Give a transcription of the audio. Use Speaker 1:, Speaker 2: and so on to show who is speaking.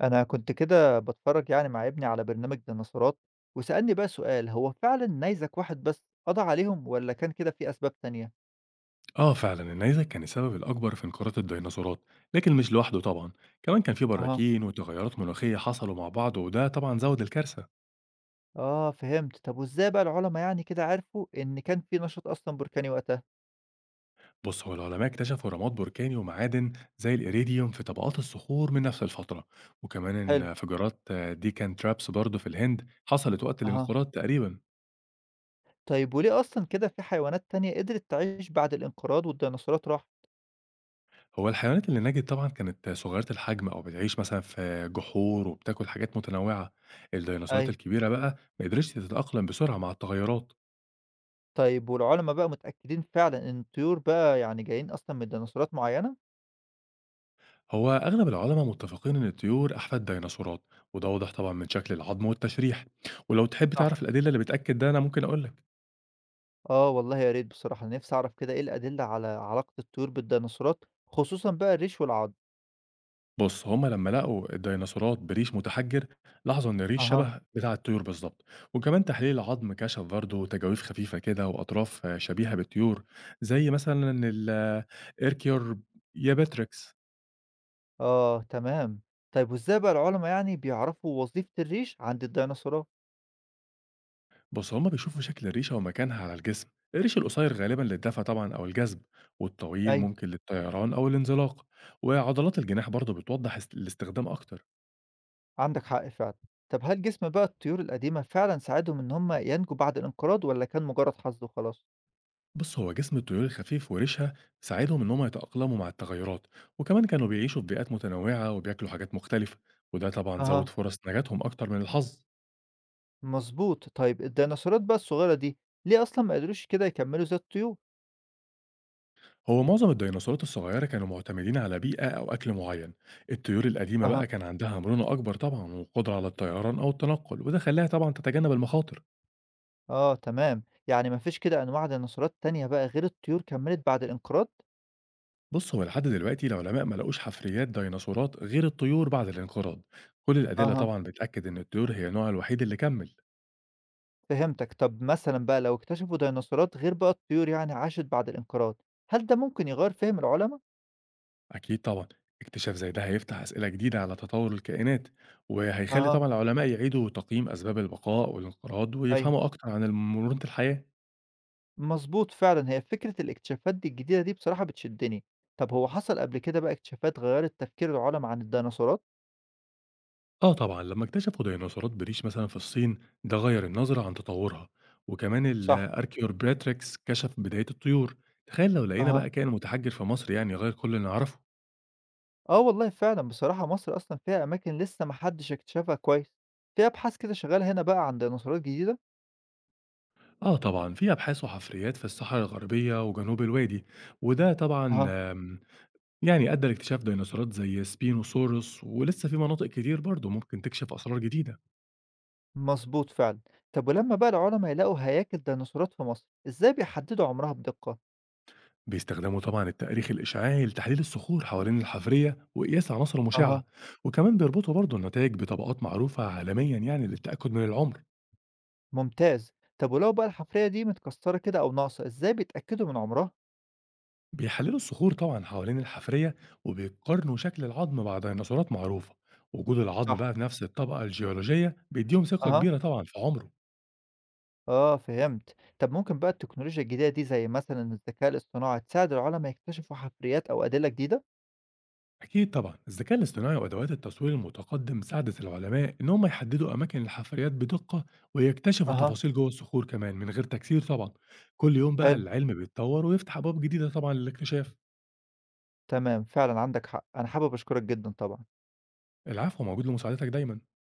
Speaker 1: أنا كنت كده باتفرج يعني مع ابني على برنامج ديناصورات وسألني بقى سؤال هو فعلا نيزك واحد بس قضى عليهم ولا كان كده في أسباب تانية؟
Speaker 2: آه فعلا النيزك كان السبب الأكبر في انقراض الديناصورات. لكن مش لوحده طبعا، كمان كان في
Speaker 1: اها،
Speaker 2: براكين وتغيرات مناخية حصلوا مع بعض وده طبعا زود الكارثة.
Speaker 1: آه فهمت. طب وإزاي بقى العلماء يعني كده عرفوا إن كان في نشاط أصلا بركاني وقتها؟
Speaker 2: بص، هو العلماء اكتشفوا رماد بركاني ومعادن زي الإيريديوم في طبقات الصخور من نفس الفترة. وكمان إن
Speaker 1: حلو،
Speaker 2: انفجارات ديكان ترابس برضه في الهند حصلت وقت
Speaker 1: اها.
Speaker 2: الانقراض تقريبا.
Speaker 1: طيب وليه أصلا كده في حيوانات تانية قدرت تعيش بعد الانقراض والديناصورات راح؟
Speaker 2: هو الحيوانات اللي نجت طبعا كانت صغيرة الحجم أو بتعيش مثلا في جحور وبتاكل حاجات متنوعة. الديناصورات
Speaker 1: أي.
Speaker 2: الكبيرة بقى ما قدرتش تتأقلم بسرعة مع التغيرات.
Speaker 1: طيب والعلماء بقى متأكدين فعلا إن الطيور بقى يعني جايين أصلا من ديناصورات معينة؟
Speaker 2: هو أغلب العلماء متفقين إن الطيور أحفاد ديناصورات، وده واضح طبعا من شكل العظم والتشريح. ولو تحب
Speaker 1: صح.
Speaker 2: تعرف الأدلة اللي بتأكد ده أنا ممكن أقولك.
Speaker 1: آه والله يا ريت بصراحة، أنا نِفْسي أعرف كده إيه الأدلة على علاقة الطيور بالديناصورات، خصوصًا بقى الريش والعضم.
Speaker 2: بص، هما لما لقوا الديناصورات بريش متحجر لاحظوا إن الريش
Speaker 1: أها.
Speaker 2: شبه بتاع الطيور بالظبط. وكمان تحليل العظم كشف برضه تجاويف خفيفة كده وأطراف شبيهة بالطيور، زي مثلا الإيركيور يابتريكس.
Speaker 1: آه تمام، طيب وإزاي بقى العلماء يعني بيعرفوا وظيفة الريش عند الديناصورات؟
Speaker 2: بص، هما بيشوفوا شكل الريشة ومكانها على الجسم. الريش القصير غالبا للدفع طبعا أو الجذب، والطويل
Speaker 1: أيوه.
Speaker 2: ممكن للطيران أو الانزلاق. وعضلات الجناح برضه بتوضح الاستخدام أكتر.
Speaker 1: عندك حق فعلًا، طب هل جسم بقى الطيور القديمة فعلًا ساعدهم إن هم ينجوا بعد الانقراض والّا كان مجرد حظ وخلاص؟
Speaker 2: بص، هو جسم الطيور الخفيف وريشها ساعدهم إن هم يتأقلموا مع التغيرات. وكمان كانوا بيعيشوا في بيئات متنوعة وبياكلوا حاجات مختلفة، وده طبعا
Speaker 1: أها.
Speaker 2: زود فرص نجاتهم أكتر من الحظ.
Speaker 1: مضبوط، طيب الديناصورات بقى الصغيرة دي ليه أصلًا ما قدروش كده يكمّلوا زي الطيور؟
Speaker 2: هو معظم الديناصورات الصغيرة كانوا معتمدين على بيئة أو أكل معين. الطيور القديمة
Speaker 1: أها.
Speaker 2: بقى كان عندها مرونة أكبر طبعا وقدرة على الطيران أو التنقل، وده خلاها طبعا تتجنب المخاطر.
Speaker 1: آه تمام، يعني ما فيش كده أنواع ديناصورات تانية بقى غير الطيور كمّلت بعد الانقراض؟
Speaker 2: بص، هو لحد دلوقتي العلماء ما لقوش حفريات ديناصورات غير الطيور بعد الانقراض. كل الأدلة
Speaker 1: أها.
Speaker 2: طبعا بتأكد إن الطيور هي النوع الوحيد اللي كمل.
Speaker 1: فهمتك. طب مثلًا بقى لو اكتشفوا ديناصورات غير بقى الطيور يعني عاشت بعد الانقراض، هل ده ممكن يغيّر فِهْم العُلما؟
Speaker 2: أكيد طبعا، اكتشاف زي ده هيفتح أسئلة جديدة على تطور الكائنات، وهيخلي
Speaker 1: أها،
Speaker 2: طبعا العلماء يعيدوا تقييم أسباب البقاء والانقراض
Speaker 1: أيوه.
Speaker 2: ويفهموا أكتر عن مرونة الحياة.
Speaker 1: مضبوط فعلًا، هي فكرة الاكتشافات دي الجديدة دي بصراحة بتشدّني. طب هو حصل قبل كده بقى اكتشافات غيّرت تفكير العُلما عن الديناصورات؟
Speaker 2: آه طبعا، لما اكتشفوا ديناصورات بريش مثلا في الصين، ده غير النظرة عن تطورها. وكمان
Speaker 1: صح،
Speaker 2: الأركيورباتريكس كشف بداية الطيور. تخيل لو لقينا
Speaker 1: أها.
Speaker 2: بقى كائن متحجر في مصر يعني غير كل اللي نعرفه.
Speaker 1: آه والله فعلًا، بصراحة مصر أصلًا فيها أماكن لسه ما حدّش اكتشفها كويس. في أبحاث كده شغّالة هنا بقى عن ديناصورات جديدة؟
Speaker 2: آه طبعًا، في أبحاث وحفريات في الصحراء الغربية وجنوب الوادي، وده طبعًا
Speaker 1: أها.
Speaker 2: يعني أدى لاكتشاف ديناصورات زي سبينوسورس، ولسه في مناطق كتير برضه ممكن تكشف أسرار جديدة.
Speaker 1: مضبوط فعلًا. طب ولمّا بقى العُلما يلاقوا هياكل ديناصورات في مصر، إزاي بيحدّدوا عمرها بدقة؟
Speaker 2: بيستخدموا طبعًا التأريخ الإشعاعي لتحليل الصخور حوالين الحفرية وقياس عناصر
Speaker 1: أها.
Speaker 2: مشعة، وكمان بيربطوا برضه النتائج بطبقات معروفة عالميًا يعني للتأكد من العمر.
Speaker 1: ممتاز. طب ولو بقى الحفرية دي متكسّرة كده أو ناقصة، إزاي بيتأكدوا من عمرها؟
Speaker 2: بيحللوا الصخور طبعًا حوالين الحفرية وبيقارنوا شكل العظم مع ديناصورات معروفة، وجود العظم
Speaker 1: صح،
Speaker 2: بقى في نفس الطبقة الجيولوجية بيديهم ثقة
Speaker 1: أها.
Speaker 2: كبيرة طبعًا في عمره.
Speaker 1: آه فهمت. طب ممكن بقى التكنولوجيا الجديدة دي زي مثلًا الذكاء الاصطناعي تساعد العلماء يكتشفوا حفريات أو أدلة جديدة؟
Speaker 2: أكيد طبعًا، الذكاء الاصطناعي وأدوات التصوير المتقدم ساعدت العلماء إن هم يحددوا أماكن الحفريات بدقة ويكتشفوا
Speaker 1: أها،
Speaker 2: تفاصيل جوه الصخور كمان من غير تكسير طبعًا. كل يوم بقى
Speaker 1: حلو،
Speaker 2: العلم بيتطور ويفتح أبواب جديدة طبعًا للاكتشاف.
Speaker 1: تمام، فعلًا عندك حق. أنا حابب أشكرك جدًا طبعًا.
Speaker 2: العفو، موجود لمساعدتك دايمًا.